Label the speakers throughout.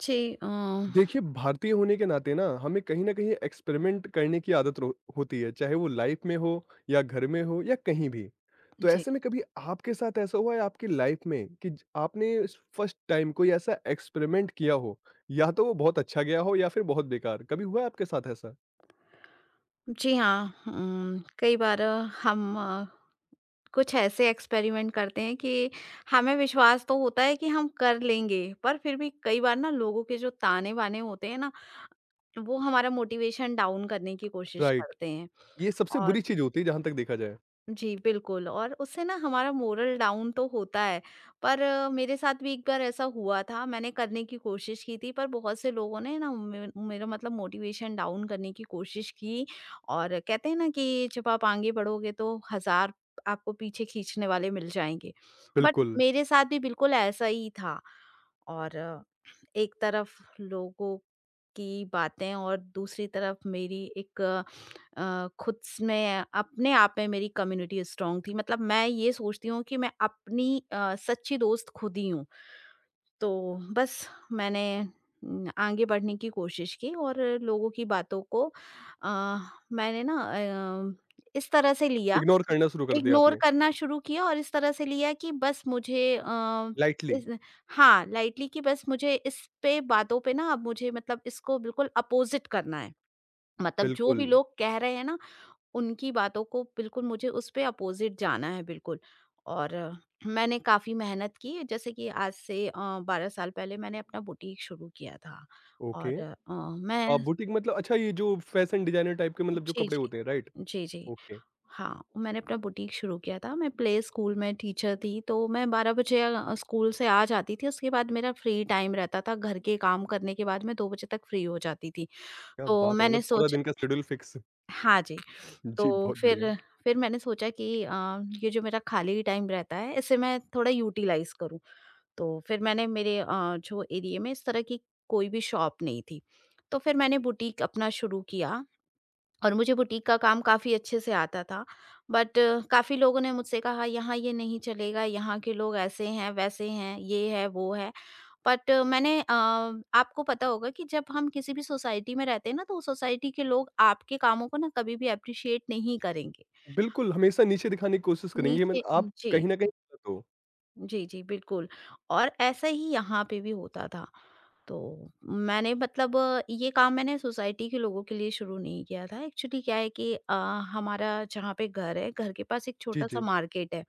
Speaker 1: जी।
Speaker 2: देखिए, भारतीय होने के नाते ना हमें कहीं न कहीं एक्सपेरिमेंट करने की आदत रो होती है, चाहे वो लाइफ़ में हो या घर में हो या कहीं भी। तो
Speaker 1: जी।
Speaker 2: ऐसे में कभी आपके साथ ऐसा हुआ है आपकी लाइफ़ में कि ज आपने फर्स्ट टाइम कोई ऐसा एक्सपेरिमेंट किया हो, या तो वो बहुत अच्छा गया हो या फिर बहुत बेकार, कभी हुआ है आपके साथ ऐसा?
Speaker 1: जी हाँ, कई बार हम कुछ ऐसे एक्सपेरिमेंट करते हैं कि हमें विश्वास तो होता है कि हम कर लेंगे, पर फिर भी कई बार ना लोगों के जो ताने-बाने होते हैं ना, वो हमारा मोटिवेशन डाउन करने की कोशिश
Speaker 2: राइट,
Speaker 1: करते हैं।
Speaker 2: ये सबसे बुरी चीज़ होती है जहाँ तक देखा जाए।
Speaker 1: जी, बिल्कुल। और उससे ना हमारा मोरल डाउन तो होता है, पर मेरे साथ भी एक बार ऐसा हुआ था, मैंने करने की कोशिश की थी पर बहुत से लोगों ने ना मे मेरा मतलब मोटिवेशन डाउन करने की कोशिश की। और कहते हैं ना कि जब आप आगे बढ़ोगे तो हज़ार आपको पीछे खींचने वाले मिल जाएँगे। बट
Speaker 2: बिल्कुल।
Speaker 1: मेरे साथ भी बिल्कुल ऐसा ही था। और एक तरफ लोगों की बातें और दूसरी तरफ मेरी एक अ, अ, खुद स में अपने आप में मेरी कम्युनिटी स्ट्रॉन्ग थी। मतलब मैं ये सोचती हूँ कि मैं अपनी सच्ची दोस्त खुद ही हूँ। तो बस मैंने आगे बढ़ने की कोशिश की और लोगों की बातों को अ, मैंने ना अ, इस तरह से लिया,
Speaker 2: इग्नोर करना शुरू कर दिया
Speaker 1: इग्नोर
Speaker 2: आपने।
Speaker 1: करना शुरू किया और इस तरह से लिया कि बस मुझे अ,
Speaker 2: लाइटली।
Speaker 1: इस हाँ, लाइटली कि बस मुझे इस पे बातों पे ना अब मुझे मतलब इसको बिल्कुल अपोज़िट करना है। मतलब जो भी
Speaker 2: बिल्कुल।
Speaker 1: लोग कह रहे हैं ना, उनकी बातों को बिल्कुल मुझे उस पे अपोज़िट जाना है बिल्कुल। और मैंने काफ़ी मेहनत की। जैसे कि आज से 12 साल पहले मैंने अपना बुटीक शुरू किया था। और
Speaker 2: ओके।
Speaker 1: अ, मैं
Speaker 2: बुटीक मतलब अच्छा ये जो फैशन डिज़ाइनर टाइप के मतलब जो
Speaker 1: जी,
Speaker 2: कपड़े
Speaker 1: जी।
Speaker 2: होते हैं, राइट?
Speaker 1: जी, जी।
Speaker 2: ओके।
Speaker 1: हाँ, मैंने अपना बुटीक शुरू किया था। मैं प्ले स्कूल में टीचर थी, तो मैं 12 बजे स्कूल से आ जाती थी, उसके बाद मेरा फ्री टाइम रहता था। घर के काम करने के बाद मैं 2 बजे तक फ्री हो जाती थी।
Speaker 2: क्या
Speaker 1: तो
Speaker 2: बात है!
Speaker 1: मैंने
Speaker 2: मतलब पूरा दिन का
Speaker 1: सोचा,
Speaker 2: शेड्यूल फिक्स।
Speaker 1: हाँ जी,
Speaker 2: जी,
Speaker 1: तो
Speaker 2: बहुत बढ़िया।
Speaker 1: फिर मैंने सोचा कि ये जो मेरा खाली टाइम रहता है, इसे मैं थोड़ा यूटिलाइज़ करूँ। तो फिर मैंने मेरे जो एरिया में इस तरह की कोई भी शॉप नहीं थी, तो फिर मैंने बुटीक अपना शुरू किया और मुझे बुटीक का काम काफ़ी अच्छे से आता था। बट काफ़ी लोगों ने मुझसे कहा, यहाँ ये नहीं चलेगा, यहाँ के लोग ऐसे हैं, वैसे हैं, ये है, वो है। बट मैंने आपको पता होगा कि जब हम किसी भी सोसाइटी में रहते हैं ना, तो सोसाइटी के लोग आपके कामों को ना कभी भी एप्रिशिएट नहीं करेंगे।
Speaker 2: बिल्कुल, हमेशा नीचे दिखाने की कोशिश करेंगे
Speaker 1: नीचे।
Speaker 2: मतलब आप
Speaker 1: जी।
Speaker 2: कहीं न कहीं गलत हो।
Speaker 1: जी, जी, बिल्कुल। और ऐसा ही यहाँ पे भी होता था। तो मैंने मतलब ये काम मैंने सोसाइटी के लोगों के लिए शुरू नहीं किया था। एक्चुअली क्या है कि हमारा जहाँ पे घर है, घर के पास एक
Speaker 2: जी,
Speaker 1: छोटा-सा
Speaker 2: जी।
Speaker 1: मार्केट है।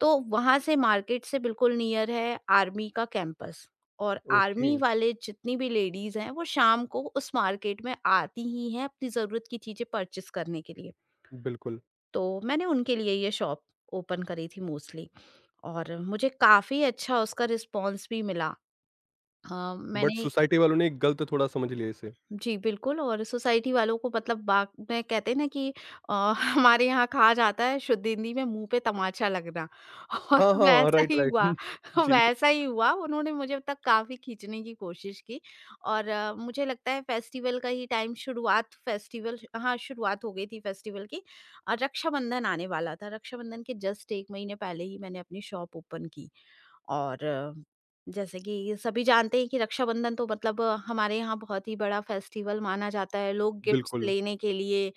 Speaker 1: तो वहाँ से मार्केट से बिल्कुल नियर है आर्मी का कैंपस और
Speaker 2: ओके,
Speaker 1: आर्मी वाले जितनी भी लेडीज़ हैं, वो शाम को उस मार्केट में आती ही हैं अपनी ज़रूरत की चीज़ें परचेज़ करने के लिए।
Speaker 2: बिल्कुल।
Speaker 1: तो मैंने उनके लिए ये शॉप ओपन करी थी मोस्टली। और मुझे काफ़ी अच्छा उसका रिस्पॉन्स भी मिला। अ,
Speaker 2: बट
Speaker 1: मैंने
Speaker 2: सोसाइटी वालों ने गलत थोड़ा समझ लिया इसे।
Speaker 1: जी, बिल्कुल। और सोसाइटी वालों को मतलब बा मैं कहते हैं ना कि अ, हमारे यहाँ कहा जाता है शुद्ध हिंदी में मुँह पे तमाचा लगना। और
Speaker 2: हाँ, हाँ, हाँ,
Speaker 1: वैसा
Speaker 2: राइट,
Speaker 1: ही
Speaker 2: राइट।
Speaker 1: हुआ।
Speaker 2: जी,
Speaker 1: वैसा ही हुआ। उन्होंने मुझे तक काफ़ी खींचने की कोशिश की। और मुझे लगता है फेस्टिवल का ही टाइम, शुरुआत फेस्टिवल हाँ, शुरुआत हो गई थी फेस्टिवल की और रक्षाबंधन आने वाला था। रक्षाबंधन के जस्ट 1 महीने पहले ही मैंने अपनी शॉप ओपन की। और जैसे कि सभी जानते हैं कि रक्षाबंधन तो मतलब हमारे यहाँ बहुत ही बड़ा फेस्टिवल माना जाता है। लोग गिफ्ट्स
Speaker 2: बिल्कुल।
Speaker 1: लेने के लिए,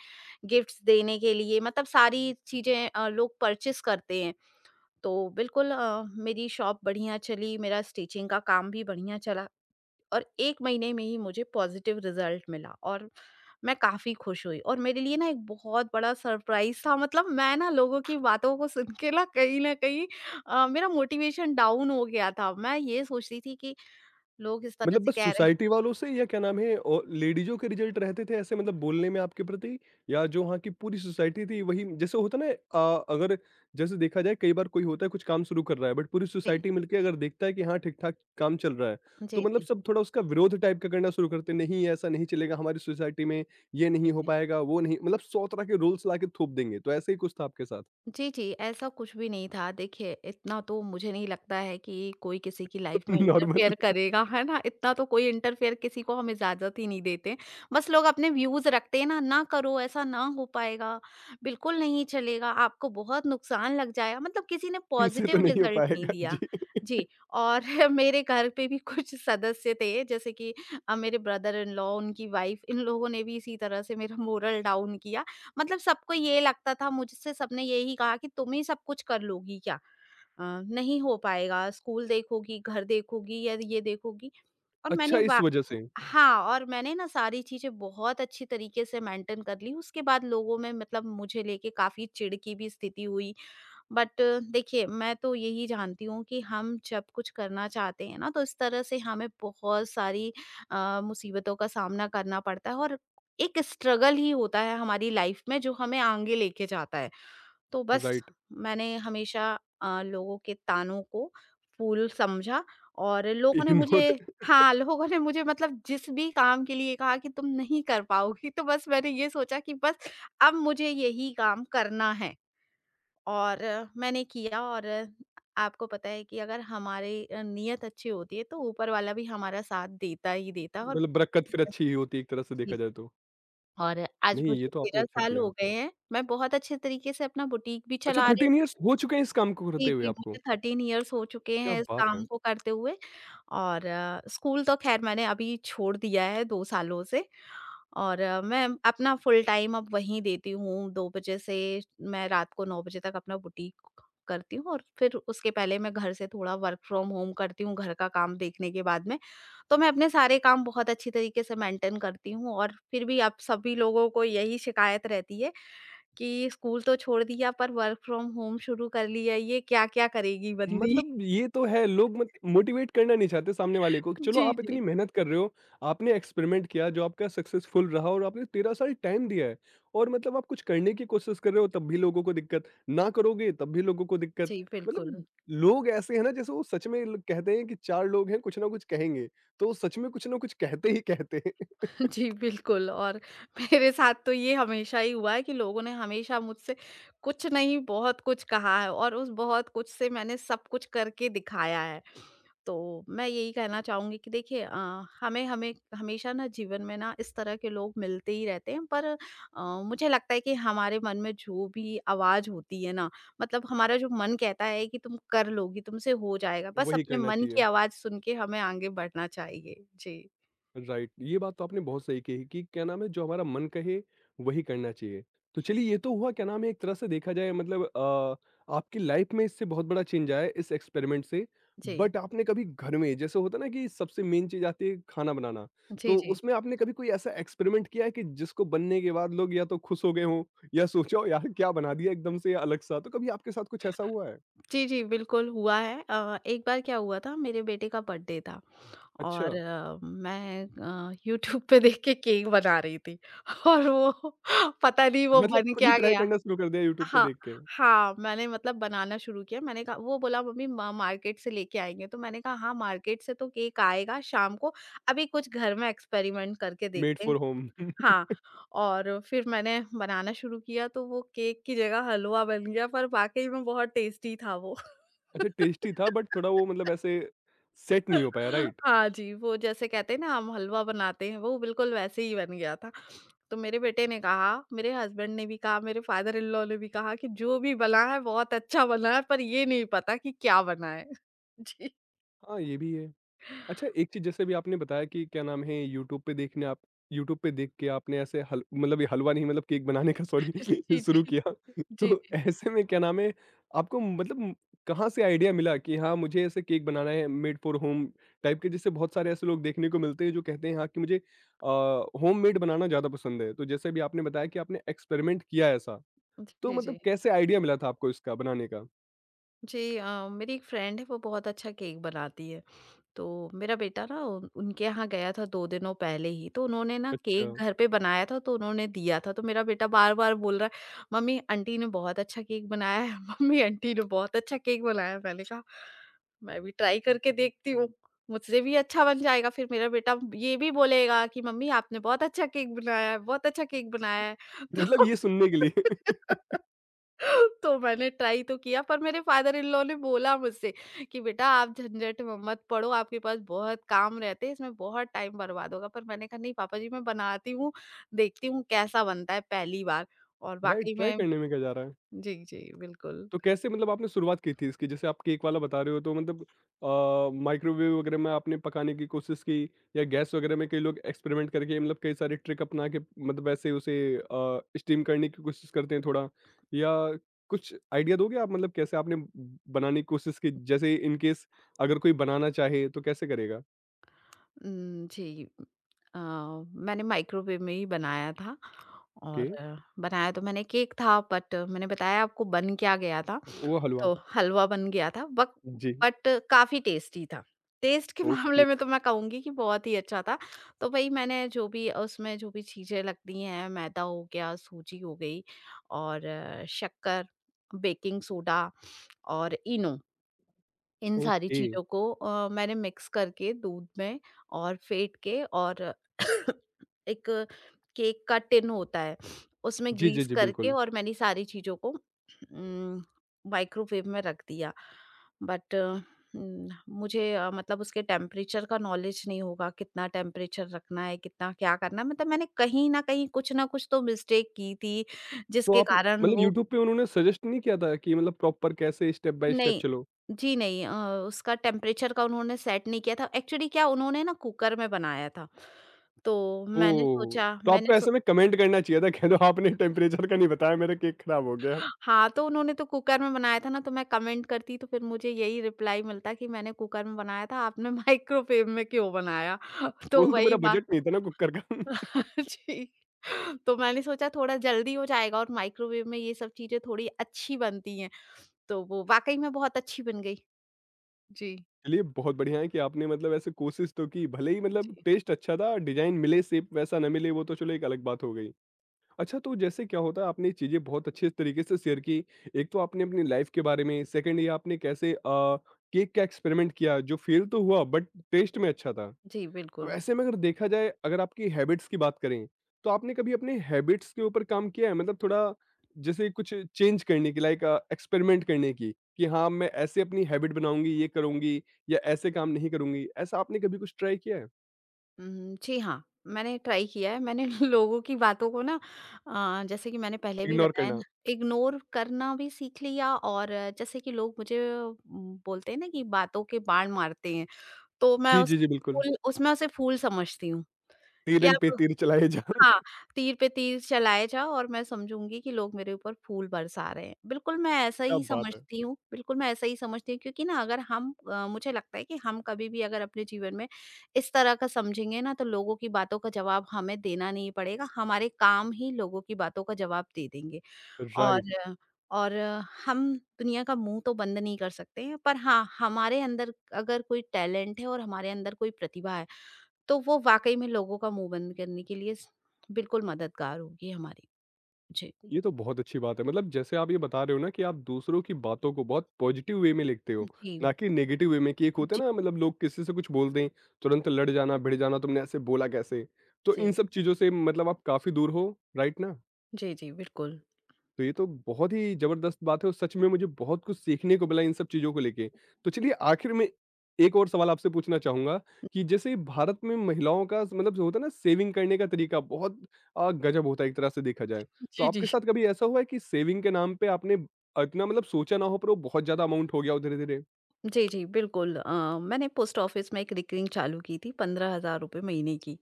Speaker 1: गिफ्ट्स देने के लिए मतलब सारी चीज़ें लोग परचेज़ करते हैं। तो बिल्कुल मेरी शॉप बढ़िया चली, मेरा स्टिचिंग का काम भी बढ़िया चला। और 1 महीने में ही मुझे पॉज़िटिव रिज़ल्ट मिला और मैं काफ़ी खुश हुई। और मेरे लिए ना एक बहुत बड़ा सरप्राइज़ था। मतलब मैं ना लोगों की बातों को सुन के ना कहीं न कहीं मेरा मोटिवेशन डाउन हो गया था। मैं ये सोच रही थी कि लोग इस तरह
Speaker 2: मतलब
Speaker 1: से
Speaker 2: बस
Speaker 1: कह रहे हैं।
Speaker 2: सोसाइटी वालों से या क्या नाम है और लेडीजों के रिजल्ट रहते थे ऐसे मतलब बोलने में आपके प्रति या जो वहाँ की पूरी सोसाइटी थी वही जैसे होता ना, आ, अगर जैसे देखा जाए कई बार कोई होता है कुछ काम शुरू कर रहा है बट पूरी
Speaker 1: जी।
Speaker 2: सोसाइटी मिलके अगर देखता है कि हाँ ठीक ठाक काम चल रहा है, तो
Speaker 1: जी,
Speaker 2: मतलब
Speaker 1: जी।
Speaker 2: सब थोड़ा उसका विरोध टाइप का करना शुरू करते, नहीं ऐसा नहीं चलेगा हमारी सोसाइटी में, ये
Speaker 1: जी,
Speaker 2: नहीं हो
Speaker 1: जी।
Speaker 2: पाएगा वो नहीं, मतलब सौ तरह के रूल्स ला के थोप देंगे। तो ऐसे ही कुछ था आपके साथ?
Speaker 1: जी, जी, ऐसा कुछ भी नहीं था। देखिए, इतना तो मुझे नहीं लगता है कि कोई किसी की लाइफ़ में
Speaker 2: नॉर्मल।
Speaker 1: इंटरफेयर करेगा, है ना? इतना तो कोई इंटरफेयर किसी को हम इजाज़त ही नहीं देते। बस लोग अपने व्यूज़ रखते हैं ना, "ना करो, ऐसा ना हो पाएगा, बिल्कुल नहीं चलेगा, आपको बहुत नुकसान लग जाएगा।" मतलब किसी ने
Speaker 2: इनसे तो
Speaker 1: पॉज़िटिव
Speaker 2: नहीं हो
Speaker 1: रिज़ल्ट नहीं
Speaker 2: पाएगा जी।
Speaker 1: दिया। जी। और मेरे घर पे भी कुछ सदस्य थे, जैसे कि मेरे ब्रदर इन लॉ, उनकी वाइफ़, इन लोगों ने भी इसी तरह से मेरा मोरल डाउन किया। मतलब सबको ये लगता था, मुझसे सबने यही कहा कि तुम ही सब कुछ कर लोगी क्या, नहीं हो पाएगा, स्कूल देखोगी, घर देखोगी या ये देखोगी। और
Speaker 2: अच्छा,
Speaker 1: मैंने
Speaker 2: इस
Speaker 1: वा
Speaker 2: वजह से।
Speaker 1: हाँ, और मैंने ना सारी चीजें बहुत अच्छी तरीके से मेंटेन कर ली। उसके बाद लोगों में मतलब मुझे लेके काफी चिढ़ की भी स्थिति हुई। बट देखिए, मैं तो यही जानती हूँ कि हम जब कुछ करना चाहते हैं ना, तो इस तरह से हमें बहुत सारी मुसीबतों का सामना करना पड़ता है। और एक स्ट्रगल ही होता है हमारी लाइफ में जो हमें आगे लेके जाता है। तो बस
Speaker 2: राइट।
Speaker 1: मैंने हमेशा लोगों के तानों को फूल समझा। और लोगों ने
Speaker 2: इग्नोर।
Speaker 1: मुझे हाँ, लोगों ने मुझे मतलब जिस भी काम के लिए कहा कि तुम नहीं कर पाओगी, तो बस मैंने ये सोचा कि बस अब मुझे यही काम करना है। और मैंने किया। और आपको पता है कि अगर हमारी नीयत अच्छी होती है तो ऊपर वाला भी हमारा साथ देता ही देता है। और
Speaker 2: मतलब बरक़्क़त फिर अच्छी ही होती है एक तरह से
Speaker 1: जी,
Speaker 2: देखा
Speaker 1: जी।
Speaker 2: जाए तो।
Speaker 1: और आज
Speaker 2: नहीं, ये
Speaker 1: मुझे
Speaker 2: तो आपने
Speaker 1: 13
Speaker 2: अच्छा
Speaker 1: साल
Speaker 2: किया।
Speaker 1: हो गए हैं, मैं बहुत अच्छे तरीके से अपना बुटीक भी
Speaker 2: अच्छा
Speaker 1: चला रही
Speaker 2: 13
Speaker 1: हूँ।
Speaker 2: इयर्स हो चुके हैं इस काम को
Speaker 1: जी,
Speaker 2: करते हुए
Speaker 1: जी,
Speaker 2: आपको?
Speaker 1: मुझे 13 इयर्स हो चुके
Speaker 2: क्या
Speaker 1: हैं इस
Speaker 2: बात
Speaker 1: काम
Speaker 2: है!
Speaker 1: को करते हुए। और स्कूल तो खैर मैंने अभी छोड़ दिया है 2 सालों से। और मैं अपना फुल टाइम अब वहीं देती हूँ, 2 बजे से मैं रात को 9 बजे तक अपना बुटीक करती हूँ। और फिर उसके पहले मैं घर से थोड़ा वर्क फ्रॉम होम करती हूँ, घर का काम देखने के बाद में। तो मैं अपने सारे काम बहुत अच्छी तरीके से मेंटेन करती हूँ, और फिर भी अब सभी लोगों को यही शिकायत रहती है कि स्कूल तो छोड़ दिया पर वर्क फ्रॉम होम शुरू कर लिया, ये क्या-क्या करेगी बंदी?
Speaker 2: मतलब ये तो है लोग मत मोटिवेट करना नहीं चाहते सामने वाले को कि चलो
Speaker 1: जी,
Speaker 2: आप इतनी
Speaker 1: जी।
Speaker 2: मेहनत कर रहे हो, आपने एक्सपेरिमेंट किया जो आपका सक्सेसफुल रहा और आपने 13 साल टाइम दिया है, और मतलब आप कुछ करने की कोशिश कर रहे हो तब भी लोगों को दिक्कत, ना करोगे तब भी लोगों को दिक्कत।
Speaker 1: जी, बिल्कुल।
Speaker 2: मतलब लोग ऐसे हैं ना, जैसे वो सच में ल कहते हैं कि 4 लोग हैं कुछ ना कुछ कहेंगे, तो वो सच में कुछ ना कुछ कहते ही कहते हैं।
Speaker 1: जी, बिल्कुल। और मेरे साथ तो ये हमेशा ही हुआ है कि लोगों ने हमेशा मुझसे कुछ नहीं बहुत कुछ कहा है, और उस बहुत कुछ से मैंने सब कुछ करके दिखाया है। तो मैं यही कहना चाहूँगी कि देखिए, हमें हमें हमेशा ना जीवन में ना इस तरह के लोग मिलते ही रहते हैं, पर मुझे लगता है कि हमारे मन में जो भी आवाज़ होती है ना, मतलब हमारा जो मन कहता है कि तुम कर लोगी, तुमसे हो जाएगा। बस
Speaker 2: वही
Speaker 1: अपने
Speaker 2: करना
Speaker 1: मन की
Speaker 2: चाहिए।
Speaker 1: आवाज़ सुन के हमें आगे बढ़ना चाहिए। जी।
Speaker 2: राइट, ये बात तो आपने बहुत सही कही कि क्या नाम है जो हमारा मन कहे वही करना चाहिए। तो चलिए, ये तो हुआ क्या नाम है एक तरह से देखा जाए मतलब आपकी लाइफ में इससे बहुत बड़ा चेंज आया है इस एक्सपेरिमेंट से।
Speaker 1: जी।
Speaker 2: बट आपने कभी घर में जैसे होता ना कि सबसे मेन चीज आती है खाना बनाना,
Speaker 1: जी,
Speaker 2: तो
Speaker 1: जी।
Speaker 2: उसमें आपने कभी कोई ऐसा एक्सपेरिमेंट किया है कि जिसको बनने के बाद लोग या तो खुश हो गए हों या सोचो यार क्या बना दिया एकदम से या अलग सा, तो कभी आपके साथ कुछ ऐसा हुआ है?
Speaker 1: जी, जी, बिल्कुल हुआ है। एक बार क्या हुआ था, मेरे बेटे का बर्थडे था
Speaker 2: अच्छा।
Speaker 1: और मैं यूट्यूब पे देख के केक बना रही थी। और वो पता नहीं वो
Speaker 2: मतलब
Speaker 1: बन
Speaker 2: खुद ही
Speaker 1: क्या
Speaker 2: ट्राई
Speaker 1: गया।
Speaker 2: करना शुरू कर दिया यूट्यूब पे
Speaker 1: हाँ,
Speaker 2: देख के।
Speaker 1: हाँ, मैंने मतलब बनाना शुरू किया। मैंने कहा, वो बोला, मम्मी म मार्केट से लेके आएँगे, तो मैंने कहा हाँ, मार्केट से तो केक आएगा शाम को, अभी कुछ घर में एक्सपेरिमेंट करके
Speaker 2: मेड
Speaker 1: देखते।
Speaker 2: For home.
Speaker 1: हाँ, और फिर मैंने बनाना शुरू किया तो वो केक की जगह हलवा बन गया, पर वाक़ई में बहुत टेस्टी था वो।
Speaker 2: अच्छा, टेस्टी था बट थोड़ा वो मतलब ऐसे सेट नहीं हो पाया राइट?
Speaker 1: हाँ जी, वो जैसे कहते हैं ना हम हलवा बनाते हैं वो बिल्कुल वैसे ही बन गया था। तो मेरे बेटे ने कहा, मेरे हसबैंड ने भी कहा, मेरे फादर इन लॉ ने भी कहा कि जो भी बना है बहुत अच्छा बना है, पर ये नहीं पता कि क्या बना है? जी।
Speaker 2: हाँ, ये भी है। अच्छा एक चीज़ जैसे अभी आपने बताया कि क्या नाम है यूट्यूब पे देखने आप, यूट्यूब पे देख के आपने ऐसे हल मतलब ये हलवा नहीं मतलब केक बनाने का सॉरी
Speaker 1: जी,
Speaker 2: शुरू
Speaker 1: जी।
Speaker 2: किया।
Speaker 1: जी,
Speaker 2: तो
Speaker 1: जी।
Speaker 2: ऐसे में क्या नाम है आपको मतलब कहाँ से आइडिया मिला कि हाँ, मुझे ऐसे केक बनाना है, मेड फॉर होम टाइप के, जैसे बहुत सारे ऐसे लोग देखने को मिलते हैं जो कहते हैं हाँ, कि मुझे होममेड बनाना ज़्यादा पसंद है। तो जैसे अभी आपने बताया कि आपने एक्सपेरिमेंट किया है ऐसा, तो
Speaker 1: जी,
Speaker 2: मतलब
Speaker 1: जी।
Speaker 2: कैसे आइडिया मिला था आपको इसका बनाने का?
Speaker 1: जी, मेरी एक फ्रेंड है, वो बहुत अच्छा केक बनाती है। तो मेरा बेटा ना उनके यहाँ गया था 2 दिनों पहले ही, तो उन्होंने ना
Speaker 2: अच्छा।
Speaker 1: केक घर पे बनाया था, तो उन्होंने दिया था, तो मेरा बेटा बार बार बोल रहा है मम्मी आंटी ने बहुत अच्छा केक बनाया है, मम्मी आंटी ने बहुत अच्छा केक बनाया है। मैंने कहा मैं भी ट्राई करके देखती हूँ, मुझसे भी अच्छा बन जाएगा, फिर मेरा बेटा ये भी बोलेगा कि मम्मी आपने बहुत अच्छा केक बनाया है, बहुत अच्छा केक बनाया है।
Speaker 2: मतलब
Speaker 1: तो
Speaker 2: ये सुनने के लिए।
Speaker 1: तो मैंने ट्राई तो किया, पर मेरे फादर इन लॉ ने बोला मुझसे कि बेटा आप झंझट में मत पड़ो, आपके पास बहुत काम रहते हैं, इसमें बहुत टाइम बर्बाद होगा, पर मैंने कहा नहीं पापा जी मैं बनाती हूँ, देखती हूँ कैसा बनता है पहली बार। और
Speaker 2: राइट,
Speaker 1: वाकई
Speaker 2: ट्राई
Speaker 1: में
Speaker 2: करने में क्या जा रहा है?
Speaker 1: जी जी बिल्कुल।
Speaker 2: तो कैसे मतलब आपने शुरुआत की थी इसकी? जैसे आप केक वाला बता रहे हो, तो मतलब माइक्रोवेव वगैरह में आपने पकाने की कोशिश की या गैस वगैरह में? कई लोग एक्सपेरिमेंट करके मतलब कई सारे ट्रिक अपना के मतलब ऐसे उसे स्टीम करने की कोशिश करते हैं थोड़ा, या कुछ आइडिया दोगे आप मतलब कैसे आपने ब बनाने की कोशिश की? जैसे इन केस अगर कोई बनाना चाहे तो कैसे करेगा?
Speaker 1: जी मैंने माइक्रोवेव में ही बनाया था,
Speaker 2: ओके,
Speaker 1: और बनाया तो मैंने केक था, बट मैंने बताया आपको बन क्या गया था।
Speaker 2: वो हलवा।
Speaker 1: तो हलवा बन गया था, बक
Speaker 2: जी,
Speaker 1: बट काफ़ी टेस्टी था। टेस्ट के
Speaker 2: ओके,
Speaker 1: मामले में तो मैं कहूँगी कि बहुत ही अच्छा था। तो वही, मैंने जो भी उसमें, जो भी चीज़ें लगती हैं, मैदा हो गया, सूजी हो गई और शक्कर, बेकिंग सोडा और इनो, इन सारी
Speaker 2: ओके।
Speaker 1: चीज़ों को मैंने मिक्स करके दूध में और फेंट के और एक केक का टिन होता है, उसमें
Speaker 2: जी, जी,
Speaker 1: ग्रीस
Speaker 2: जी,
Speaker 1: करके,
Speaker 2: बिल्कुल।
Speaker 1: और मैंने सारी चीज़ों को माइक्रोवेव में रख दिया। बट मुझे मतलब उसके टेम्परेचर का नॉलेज नहीं होगा, कितना टेम्परेचर रखना है, कितना क्या करना है, मतलब मैंने कहीं न कहीं कुछ ना कुछ तो मिस्टेक की थी,
Speaker 2: तो
Speaker 1: जिसके
Speaker 2: आप
Speaker 1: कारण
Speaker 2: मतलब
Speaker 1: वो
Speaker 2: यूट्यूब पे उन्होंने सजेस्ट नहीं किया था कि मतलब प्रॉपर कैसे स्टेप बाय स्टेप
Speaker 1: नहीं,
Speaker 2: चलो?
Speaker 1: जी नहीं। उसका टेम्परेचर का उन्होंने सेट नहीं किया था। एक्चुअली क्या उन्होंने ना कुकर में बनाया था। तो मैंने
Speaker 2: ओह!
Speaker 1: सोचा,
Speaker 2: तो
Speaker 1: मैंने
Speaker 2: आपको
Speaker 1: सो
Speaker 2: ऐसे में कमेंट करना चाहिए था, कह दो आपने टेम्परेचर का नहीं बताया, मेरा केक खराब हो गया।
Speaker 1: हाँ, तो उन्होंने तो कुकर में बनाया था ना, तो मैं कमेंट करती तो फिर मुझे यही रिप्लाई मिलता कि मैंने कुकर में बनाया था, आपने माइक्रोवेव में क्यों बनाया? तो
Speaker 2: बोल दो मेरा
Speaker 1: वही बात।
Speaker 2: बजट नहीं था ना कुकर का।
Speaker 1: जी। तो मैंने सोचा थोड़ा जल्दी हो जाएगा, और माइक्रोवेव में ये सब चीज़ें थोड़ी अच्छी बनती हैं। तो वो वाक़ई में बहुत अच्छी बन गई।
Speaker 2: चलिए बहुत बढ़िया है कि आपने मतलब ऐसे कोशिश तो की, भले ही मतलब टेस्ट अच्छा था, डिज़ाइन मिले शेप वैसा ना मिले, वो तो चलो एक अलग बात हो गई। अच्छा तो जैसे क्या होता है आपने चीज़ें बहुत अच्छे तरीके से शेयर की, एक तो आपने अपनी लाइफ़ के बारे में, सेकंड ये आपने कैसे केक का एक्सपेरिमेंट किया जो फेल तो हुआ बट टेस्ट में अच्छा था।
Speaker 1: जी,
Speaker 2: तो
Speaker 1: बिल्कुल।
Speaker 2: ऐसे में अगर देखा जाए अगर आपकी हैबिट्स की बात करें, तो आपने कभी अपने हैबिट्स के ऊपर काम किया है? मतलब थोड़ा जैसे कुछ चेंज करने की लाइक एक्सपेरिमेंट करने की, कि हाँ, मैं ऐसे अपनी हैबिट बनाऊँगी, ये करूँगी या ऐसे काम नहीं करूँगी। ऐसा आपने कभी कुछ ट्राई किया है?
Speaker 1: जी हाँ, मैंने ट्राई किया है। मैंने लोगों की बातों को ना, जैसे कि मैंने पहले भी
Speaker 2: इग्नोर
Speaker 1: बताया
Speaker 2: करना।
Speaker 1: ना, इग्नोर करना भी सीख लिया। और जैसे कि लोग मुझे बोलते हैं ना कि बातों के बाण मारते हैं, तो मैं
Speaker 2: जी,
Speaker 1: उस
Speaker 2: जी, जी, बिल्कुल।
Speaker 1: फूल, उसमें उसे फूल समझती हूँ कि
Speaker 2: तीरन पे
Speaker 1: आप
Speaker 2: तीर चलाए जा।
Speaker 1: हाँ, तीर पे तीर चलाए जाओ और मैं समझूँगी कि लोग मेरे ऊपर फूल बरसा रहे हैं। बिल्कुल, मैं ऐसा
Speaker 2: क्या
Speaker 1: ही
Speaker 2: बात है!
Speaker 1: समझती हूँ, बिल्कुल मैं ऐसा ही समझती हूँ, क्योंकि ना अगर हम मुझे लगता है कि हम कभी भी अगर अपने जीवन में इस तरह का समझेंगे ना, तो लोगों की बातों का जवाब हमें देना नहीं पड़ेगा, हमारे काम ही लोगों की बातों का जवाब दे देंगे।
Speaker 2: राइट।
Speaker 1: और हम दुनिया का मुँह तो बंद नहीं कर सकते हैं, पर हाँ, हमारे अंदर अगर कोई टैलेंट है और हमारे अंदर कोई प्रतिभा है, तो वो वाक़ई में लोगों का मुँह बंद करने के लिए स बिल्कुल मददगार होगी हमारी। जी।
Speaker 2: ये तो बहुत अच्छी बात है। मतलब जैसे आप ये बता रहे हो ना कि आप दूसरों की बातों को बहुत पॉजिटिव वे में लिखते हो,
Speaker 1: जी,
Speaker 2: ना कि नेगेटिव वे में, कि एक होता है
Speaker 1: जी,
Speaker 2: ना मतलब लोग किसी से कुछ बोल दें, तुरंत लड़ जाना, भिड़ जाना, तुमने ऐसे बोला कैसे? तो इन
Speaker 1: जी।
Speaker 2: सब चीज़ों से मतलब आप काफ़ी दूर हो, राइट ना?
Speaker 1: जी, जी, बिल्कुल।
Speaker 2: तो ये तो बहुत ही ज़बरदस्त बात है और सच में मुझे बहुत कुछ सीखने को मिला इन सब चीज़ों को लेके। तो चलिए आखिर में एक और सवाल आपसे पूछना चाहूँगा कि जैसे भारत में महिलाओं का मतलब जो होता है ना सेविंग करने का तरीका बहुत गज़ब होता है एक तरह से देखा जाए। तो
Speaker 1: जी, जी।
Speaker 2: आपके साथ कभी ऐसा हुआ है कि सेविंग के नाम पे आपने इतना मतलब सोचा ना हो पर वो बहुत ज़्यादा अमाउंट हो गया हो धीरे-धीरे?
Speaker 1: जी, जी, बिल्कुल। मैंने पोस्ट ऑफ़िस में एक रिकरिंग चालू की थी ₹15,000 महीने की,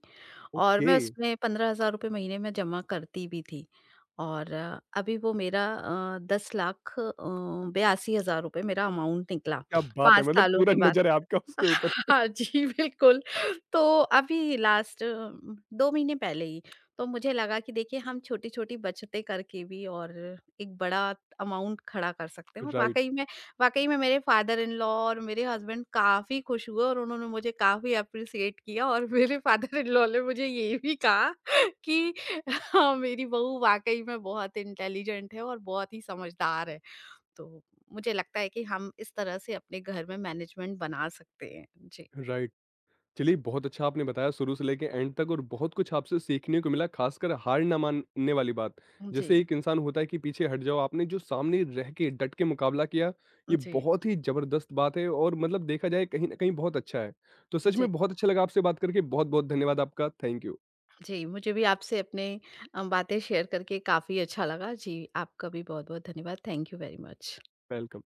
Speaker 1: और
Speaker 2: ओके,
Speaker 1: मैं उसमें ₹15,000 महीने में जमा करती भी थी। और अभी वो मेरा 10 लाख ₹82,000 मेरा अमाउंट निकला
Speaker 2: क्या बात है!
Speaker 1: 5
Speaker 2: मतलब
Speaker 1: सालों
Speaker 2: पूरा
Speaker 1: के बाद।
Speaker 2: नज़र है आपका उसके ऊपर।
Speaker 1: हाँ जी, बिल्कुल। तो अभी लास्ट 2 महीने पहले ही, तो मुझे लगा कि देखिए हम छोटी-छोटी बचतें करके भी और एक बड़ा अमाउंट खड़ा कर सकते हैं। और
Speaker 2: राइट,
Speaker 1: वाक़ई में, वाक़ई में मेरे फादर इन लॉ और मेरे हस्बैंड काफ़ी खुश हुए, और उन्होंने मुझे काफ़ी एप्रिशिएट किया, और मेरे फादर इन लॉ ने मुझे ये भी कहा कि हाँ, मेरी बहू वाक़ई में बहुत इंटेलिजेंट है और बहुत ही समझदार है। तो मुझे लगता है कि हम इस तरह से अपने घर में मैनेजमेंट बना सकते हैं। जी।
Speaker 2: राइट। चलिए, बहुत अच्छा आपने बताया शुरू से लेके एंड तक और बहुत कुछ आपसे सीखने को मिला, खासकर हार ना मानने वाली बात। जैसे
Speaker 1: जी,
Speaker 2: एक इंसान होता है कि पीछे हट जाओ, आपने जो सामने रह के डट के मुकाबला किया, ये
Speaker 1: जी,
Speaker 2: बहुत ही ज़बरदस्त बात है और मतलब देखा जाए कहीं न कहीं बहुत अच्छा है। तो सच
Speaker 1: जी,
Speaker 2: में बहुत अच्छा लगा आपसे बात करके, बहुत-बहुत धन्यवाद आपका। Thank you.
Speaker 1: जी, मुझे भी आपसे अपने बातें शेयर करके काफ़ी अच्छा लगा। जी, आपका भी बहुत-बहुत धन्यवाद। Thank you very much.
Speaker 2: Welcome.